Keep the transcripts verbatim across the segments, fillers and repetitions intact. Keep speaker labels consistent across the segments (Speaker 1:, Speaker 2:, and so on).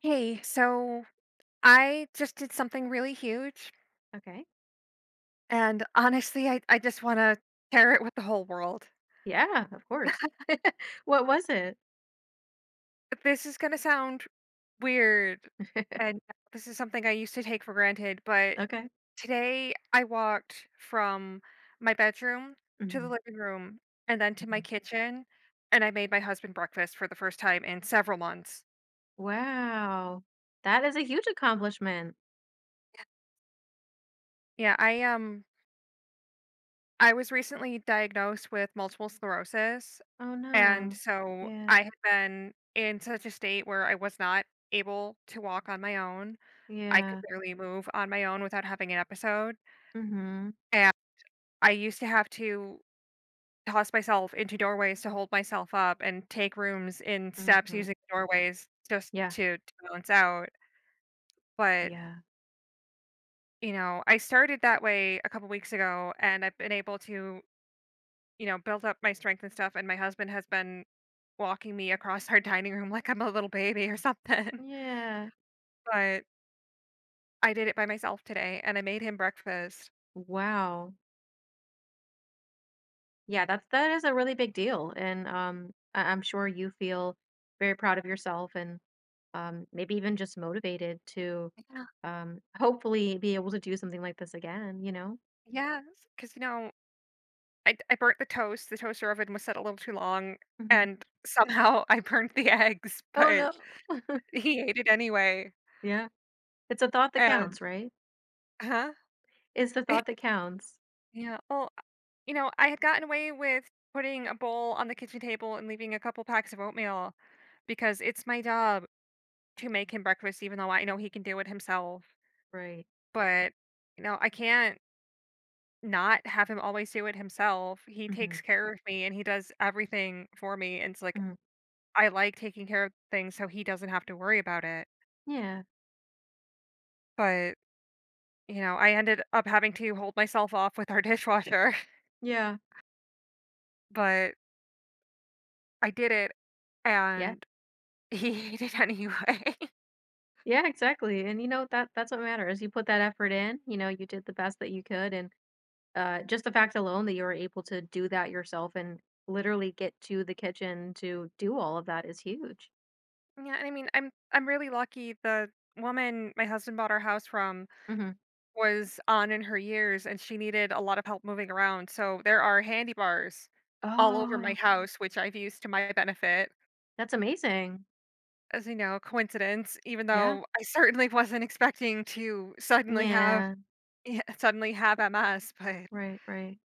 Speaker 1: Hey, so I just did something really huge,
Speaker 2: Okay.
Speaker 1: and honestly, I, I just want to share it with the whole world.
Speaker 2: Yeah, of course. What was it?
Speaker 1: This is going to sound weird, and this is something I used to take for granted, but
Speaker 2: Okay.
Speaker 1: today I walked from my bedroom to the
Speaker 2: Mhm,
Speaker 1: living room and then to my
Speaker 2: mhm.
Speaker 1: kitchen, and I made my husband breakfast for the first time in several months.
Speaker 2: Wow. That is a huge accomplishment.
Speaker 1: Yeah, I um I was recently diagnosed with multiple sclerosis.
Speaker 2: Oh,
Speaker 1: And
Speaker 2: no.
Speaker 1: so
Speaker 2: Yeah,
Speaker 1: I had been in such a state where I was not able to walk on my own. I could
Speaker 2: yeah.
Speaker 1: barely move on my own without having an episode.
Speaker 2: Mhm,
Speaker 1: And I used to have to toss myself into doorways to hold myself up and take rooms in steps
Speaker 2: mhm.
Speaker 1: using doorways just
Speaker 2: Yeah,
Speaker 1: to, to balance out. But,
Speaker 2: yeah,
Speaker 1: you know, I started that way a couple weeks ago and I've been able to, you know, build up my strength and stuff. And my husband has been walking me across our dining room like I'm a little baby or something.
Speaker 2: yeah.
Speaker 1: But I did it by myself today, and I made him breakfast.
Speaker 2: Wow. Yeah, that's that is a really big deal, and, um, I I'm sure you feel very proud of yourself and, um, maybe even just motivated to,
Speaker 1: Yeah.
Speaker 2: um, hopefully be able to do something like this again, you know?
Speaker 1: Yes, because you know, I I burnt the toast, the toaster oven was set a little too long,
Speaker 2: Mhm.
Speaker 1: and somehow I burnt the eggs,
Speaker 2: Oh,
Speaker 1: but
Speaker 2: no.
Speaker 1: he ate it anyway,
Speaker 2: Yeah. It's a thought that
Speaker 1: and
Speaker 2: counts, right?
Speaker 1: Huh?
Speaker 2: It's the thought that counts.
Speaker 1: Yeah, well, you know, I had gotten away with putting a bowl on the kitchen table and leaving a couple packs of oatmeal because it's my job to make him breakfast even though I know he can do it himself,
Speaker 2: Right.
Speaker 1: but, you know, I can't not have him always do it himself. He
Speaker 2: Mhm,
Speaker 1: takes care of me and he does everything for me, and it's like,
Speaker 2: mhm.
Speaker 1: I like taking care of things so he doesn't have to worry about it.
Speaker 2: Yeah,
Speaker 1: But, you know, I ended up having to hold myself off with our dishwasher,
Speaker 2: yeah,
Speaker 1: but I did it
Speaker 2: yeah.
Speaker 1: and he hated it anyway.
Speaker 2: Yeah, exactly, and, you know, that that's what matters. You put that effort in, you know, you did the best that you could, and, uh, just the fact alone that you were able to do that yourself and literally get to the kitchen to do all of that is huge.
Speaker 1: Yeah, and I mean, I'm I'm really lucky the woman my husband bought our house from
Speaker 2: Mhm.
Speaker 1: was on in her years and she needed a lot of help moving around. So there are handy bars all over my
Speaker 2: Oh,
Speaker 1: house, which I've used to my benefit.
Speaker 2: that's amazing.
Speaker 1: As you know, coincidence, even
Speaker 2: Yeah.
Speaker 1: though I certainly wasn't expecting to suddenly have
Speaker 2: Yeah.
Speaker 1: yeah, suddenly have M S, but
Speaker 2: Right, right.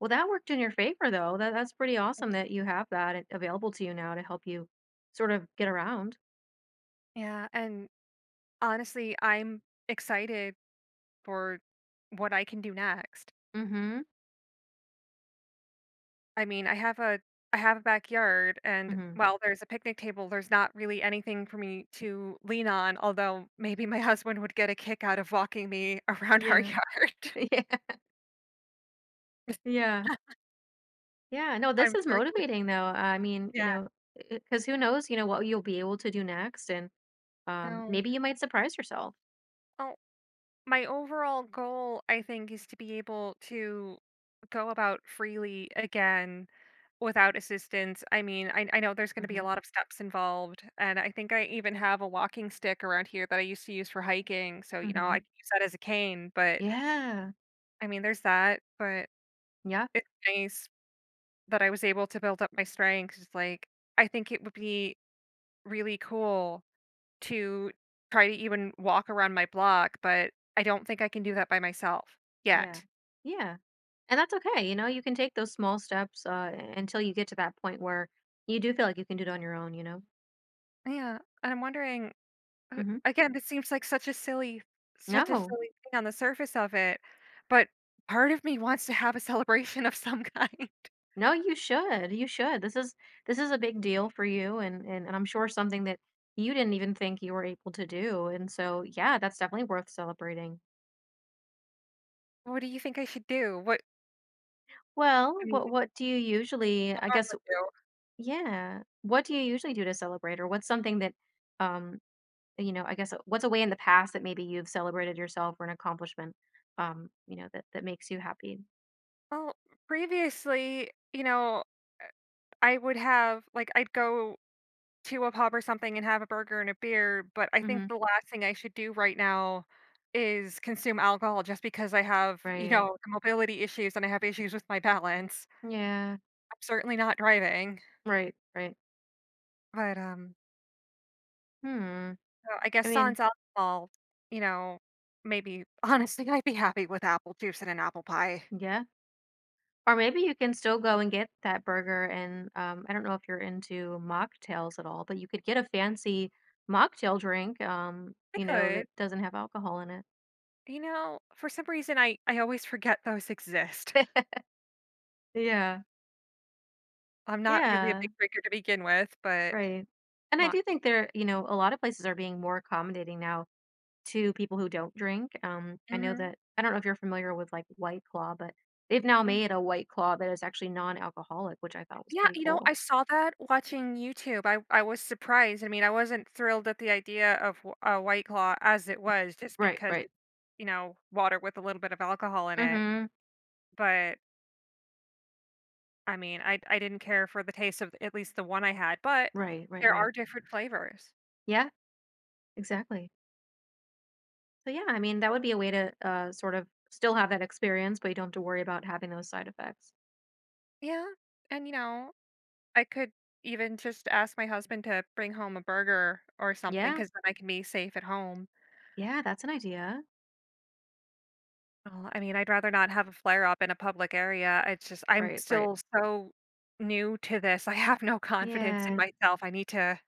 Speaker 2: Well, that worked in your favor, though. That that's pretty awesome that you have that available to you now to help you sort of get around.
Speaker 1: yeah, and honestly, I'm excited for what I can do next.
Speaker 2: Mhm,
Speaker 1: I mean, I have a I have a backyard and
Speaker 2: mhm.
Speaker 1: while there's a picnic table, there's not really anything for me to lean on, although maybe my husband would get a kick out of walking me around our
Speaker 2: Yeah.
Speaker 1: yard.
Speaker 2: Yeah, yeah, yeah. No, this
Speaker 1: I'm
Speaker 2: is
Speaker 1: sure he would.
Speaker 2: motivating though. I mean, you
Speaker 1: Yeah.
Speaker 2: know, because who knows, you know, what you'll be able to do next and, um, maybe you might surprise yourself.
Speaker 1: No. My overall goal, I think, is to be able to go about freely again without assistance. I mean, I, I know there's going to be a
Speaker 2: Mhm,
Speaker 1: lot of steps involved, and I think I even have a walking stick around here that I used to use for hiking. So, you know, I
Speaker 2: mhm.
Speaker 1: can use that as a cane, but
Speaker 2: Yeah.
Speaker 1: I mean, there's that. But
Speaker 2: Yeah,
Speaker 1: it's nice that I was able to build up my strength. It's like, I think it would be really cool to try to even walk around my block, but I don't think I can do that by myself
Speaker 2: yeah,
Speaker 1: yet.
Speaker 2: yeah. And that's okay, you know, you can take those small steps, uh, until you get to that point where you do feel like you can do it on your own, you know?
Speaker 1: Yeah, and I'm wondering, uh,
Speaker 2: Mhm.
Speaker 1: again, this seems like such a silly such a
Speaker 2: No.
Speaker 1: silly thing on the surface of it, but part of me wants to have a celebration of some kind.
Speaker 2: No, you should, you should. This is this is a big deal for you and and, and I'm sure something that you didn't even think you were able to do. And so yeah, that's definitely worth celebrating.
Speaker 1: What do you think I should do? What
Speaker 2: Well,
Speaker 1: I mean,
Speaker 2: what what do you usually
Speaker 1: I
Speaker 2: I guess
Speaker 1: normally do.
Speaker 2: yeah, what do you usually do to celebrate or what's something that um you know, I guess uh, what's a way in the past that maybe you've celebrated yourself or an accomplishment um you know that that makes you happy.
Speaker 1: Well, previously, you know, I would have like I'd go to a pub or something and have a burger and a beer, but I think
Speaker 2: Mhm.
Speaker 1: the last thing I should do right now is consume alcohol just because I have, you
Speaker 2: Right.
Speaker 1: know, mobility issues and I have issues with my balance.
Speaker 2: Yeah.
Speaker 1: I'm certainly not driving.
Speaker 2: Right, right.
Speaker 1: But, um,
Speaker 2: Hmm.
Speaker 1: so I
Speaker 2: I
Speaker 1: guess
Speaker 2: mean,
Speaker 1: sans alcohol, you know, maybe honestly, I'd be happy with apple juice and an apple pie.
Speaker 2: yeah. Or maybe you can still go and get that burger and, um, I don't know if you're into mocktails at all, but you could get a fancy mocktail drink, um,
Speaker 1: I
Speaker 2: you know,
Speaker 1: could.
Speaker 2: that doesn't have alcohol in it.
Speaker 1: You know, for some reason, I I always forget those exist.
Speaker 2: Yeah.
Speaker 1: I'm not really a
Speaker 2: Yeah.
Speaker 1: big drinker to begin with, but
Speaker 2: Right. And I
Speaker 1: my
Speaker 2: do think there, you know, a lot of places are being more accommodating now to people who don't drink. Um, I know
Speaker 1: mhm,
Speaker 2: that I don't know if you're familiar with like White Claw, but they've now
Speaker 1: mm.
Speaker 2: made a White Claw that is actually non-alcoholic, which I thought was
Speaker 1: Yeah,
Speaker 2: pretty
Speaker 1: you know,
Speaker 2: cool.
Speaker 1: I saw that watching YouTube. I I was surprised. I mean, I wasn't thrilled at the idea of w a White Claw as it was just
Speaker 2: Right,
Speaker 1: because
Speaker 2: right.
Speaker 1: it's, you know, water with a little bit of alcohol in it,
Speaker 2: Mm-hmm.
Speaker 1: but I mean, I I didn't care for the taste of at least the one I had, but
Speaker 2: Right, right,
Speaker 1: there
Speaker 2: right.
Speaker 1: are different flavors.
Speaker 2: Yeah, exactly. So yeah, I mean that would be a way to uh, sort of still have that experience, but you don't have to worry about having those side effects.
Speaker 1: Yeah, and, you know, I could even just ask my husband to bring home a burger or something,
Speaker 2: Yeah,
Speaker 1: because then I can be safe at home.
Speaker 2: yeah, that's an idea.
Speaker 1: Well, I mean, I'd rather not have a flare up in a public area. It's just I'm
Speaker 2: Right, right.
Speaker 1: still so new to this. I have no confidence in
Speaker 2: Yeah,
Speaker 1: myself. I need to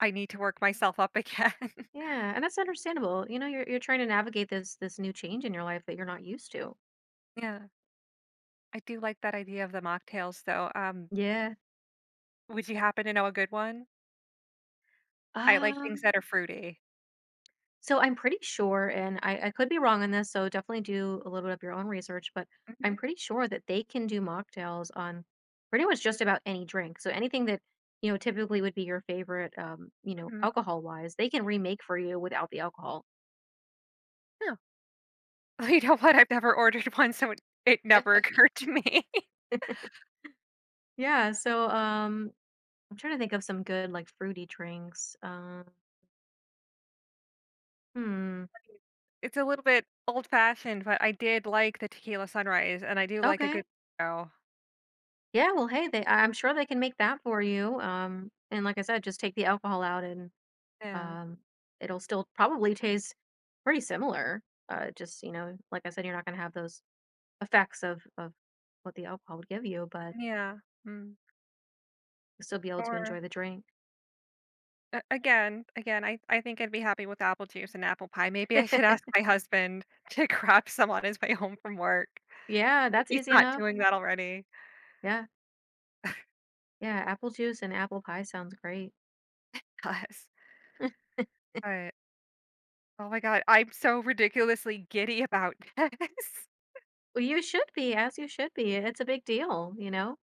Speaker 1: I need to work myself up again.
Speaker 2: yeah, and that's understandable. You know, you're you're trying to navigate this this new change in your life that you're not used to.
Speaker 1: Yeah. I do like that idea of the mocktails, though. Um,
Speaker 2: Yeah.
Speaker 1: would you happen to know a good one? I like things
Speaker 2: Um.
Speaker 1: that are fruity.
Speaker 2: So I'm pretty sure, and I, I could be wrong on this, so definitely do a little bit of your own research, but
Speaker 1: Mhm,
Speaker 2: I'm pretty sure that they can do mocktails on pretty much just about any drink. So anything that, you know, typically would be your favorite, um, you know,
Speaker 1: mhm.
Speaker 2: alcohol wise, they can remake for you without the alcohol.
Speaker 1: No. You know what? I've never ordered one, so it it never occurred to me.
Speaker 2: Yeah. So um I'm trying to think of some good like fruity drinks. Um hmm.
Speaker 1: It's a little bit old-fashioned, but I did like the tequila sunrise, and I do like a
Speaker 2: Okay.
Speaker 1: good mojito.
Speaker 2: Yeah, well hey, they I- I'm sure they can make that for you. Um and like I said, just take the alcohol out and
Speaker 1: Yeah.
Speaker 2: Um, it'll still probably taste pretty similar. Uh, just you know, like I said, you're not going to have those effects of of what the alcohol would give you, but
Speaker 1: Yeah. Mm.
Speaker 2: you'll still be able to
Speaker 1: Or
Speaker 2: enjoy the drink.
Speaker 1: a again again, I I think I'd be happy with apple juice and apple pie. Maybe I should ask my husband to grab some on his way home from work.
Speaker 2: Yeah, that's
Speaker 1: He's
Speaker 2: easy
Speaker 1: not
Speaker 2: enough.
Speaker 1: doing that already.
Speaker 2: Yeah, yeah. Apple juice and apple pie sounds great.
Speaker 1: Yes. But, oh my god, I'm so ridiculously giddy about this.
Speaker 2: Well, you should be, as you should be. It's a big deal, you know?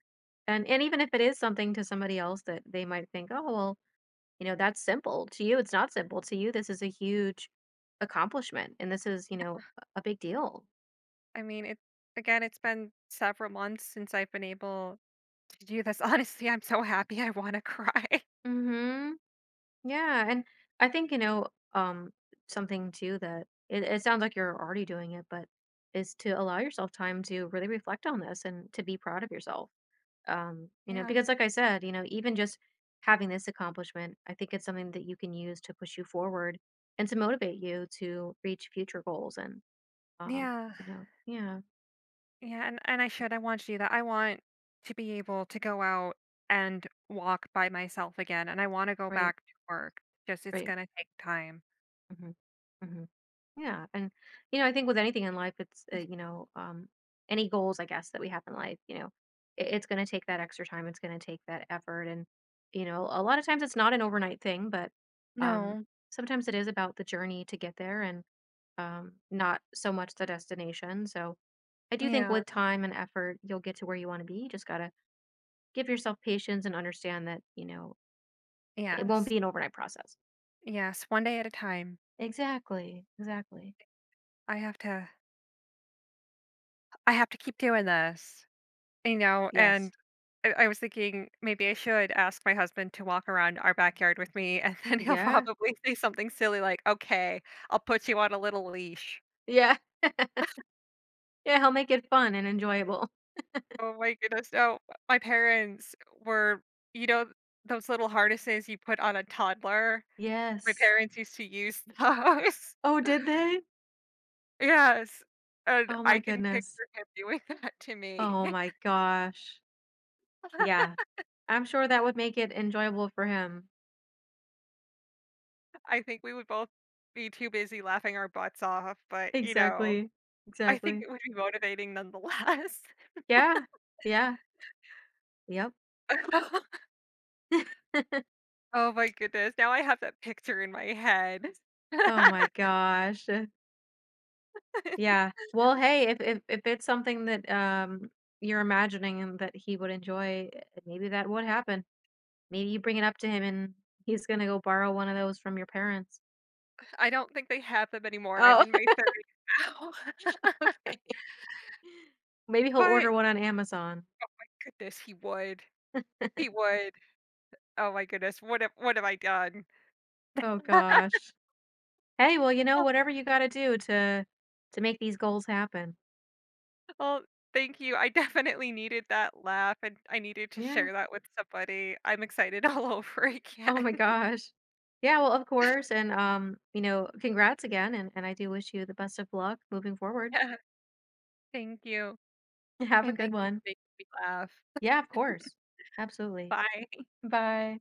Speaker 2: And and even if it is something to somebody else that they might think, oh, well, you know, that's simple. To you, it's not simple. To you, this is a huge accomplishment. And this is, you know, a a big deal.
Speaker 1: I mean, it again, it's been several months since I've been able to do this. Honestly, I'm so happy. I want to cry.
Speaker 2: Mm-hmm. Yeah, and I think you know um something too that it, it sounds like you're already doing it, but is to allow yourself time to really reflect on this and to be proud of yourself. Um, you know,
Speaker 1: Yeah.
Speaker 2: because like I said, you know, even just having this accomplishment, I think it's something that you can use to push you forward and to motivate you to reach future goals and um,
Speaker 1: Yeah.
Speaker 2: you know, yeah,
Speaker 1: Yeah, and and I should. I want to do that. I want to be able to go out and walk by myself again, and I want to go
Speaker 2: right,
Speaker 1: back to work. Just it's
Speaker 2: right.
Speaker 1: going to take time.
Speaker 2: Mm-hmm. Mm-hmm. Yeah, and you know, I think with anything in life, it's uh, you know, um, any goals I guess that we have in life, you know, it, it's going to take that extra time. It's going to take that effort, and you know, a lot of times it's not an overnight thing, but um,
Speaker 1: No.
Speaker 2: sometimes it is about the journey to get there, and um, not so much the destination. So I do think
Speaker 1: Yeah.
Speaker 2: with time and effort, you'll get to where you want to be. You just gotta give yourself patience and understand that you know it won't
Speaker 1: Yes.
Speaker 2: be an overnight process.
Speaker 1: Yes, one day at a time.
Speaker 2: Exactly. Exactly.
Speaker 1: I have to I have to keep doing this. You know,
Speaker 2: Yes.
Speaker 1: and I I was thinking maybe I should ask my husband to walk around our backyard with me, and then he'll
Speaker 2: Yeah.
Speaker 1: probably say something silly like, "Okay, I'll put you on a little leash."
Speaker 2: Yeah. Yeah, he'll make it fun and enjoyable.
Speaker 1: Oh my goodness, no. My parents were you know, those little harnesses you put on a toddler? My
Speaker 2: Yes.
Speaker 1: parents used to use those.
Speaker 2: Oh, did they?
Speaker 1: Yes, and
Speaker 2: Oh my
Speaker 1: I can
Speaker 2: goodness.
Speaker 1: picture him doing that to me.
Speaker 2: Oh my gosh. Yeah, I'm sure that would make it enjoyable for him.
Speaker 1: I think we would both be too busy laughing our butts off, but, you know
Speaker 2: Exactly,
Speaker 1: I think
Speaker 2: exactly.
Speaker 1: it would be motivating nonetheless.
Speaker 2: Yeah, yeah, yep.
Speaker 1: Oh my goodness, now I have that picture in my head.
Speaker 2: Oh my gosh. Yeah. Well, hey, if if if it's something that um you're imagining and that he would enjoy, eh, maybe that would happen. Maybe you bring it up to him and he's gonna go borrow one of those from your parents.
Speaker 1: I don't think they have them anymore, I'm
Speaker 2: Oh,
Speaker 1: in my third now.
Speaker 2: okay. Maybe he'll
Speaker 1: But
Speaker 2: order one on Amazon.
Speaker 1: goodness, he would. He would. Oh my goodness, what have what have I done?
Speaker 2: Oh gosh. Hey, well, you know, whatever you gotta do to to make these goals happen.
Speaker 1: Well, thank you, I definitely needed that laugh, and I needed to
Speaker 2: Yeah.
Speaker 1: share that with somebody. I'm excited all over again.
Speaker 2: Oh my gosh. Yeah, well, of course. And um, you know, congrats again and, and I do wish you the best of luck moving forward.
Speaker 1: Yeah, thank you,
Speaker 2: Have a
Speaker 1: and
Speaker 2: good
Speaker 1: thank you for
Speaker 2: one.
Speaker 1: making me laugh.
Speaker 2: Yeah, of course. Absolutely.
Speaker 1: Bye.
Speaker 2: Bye.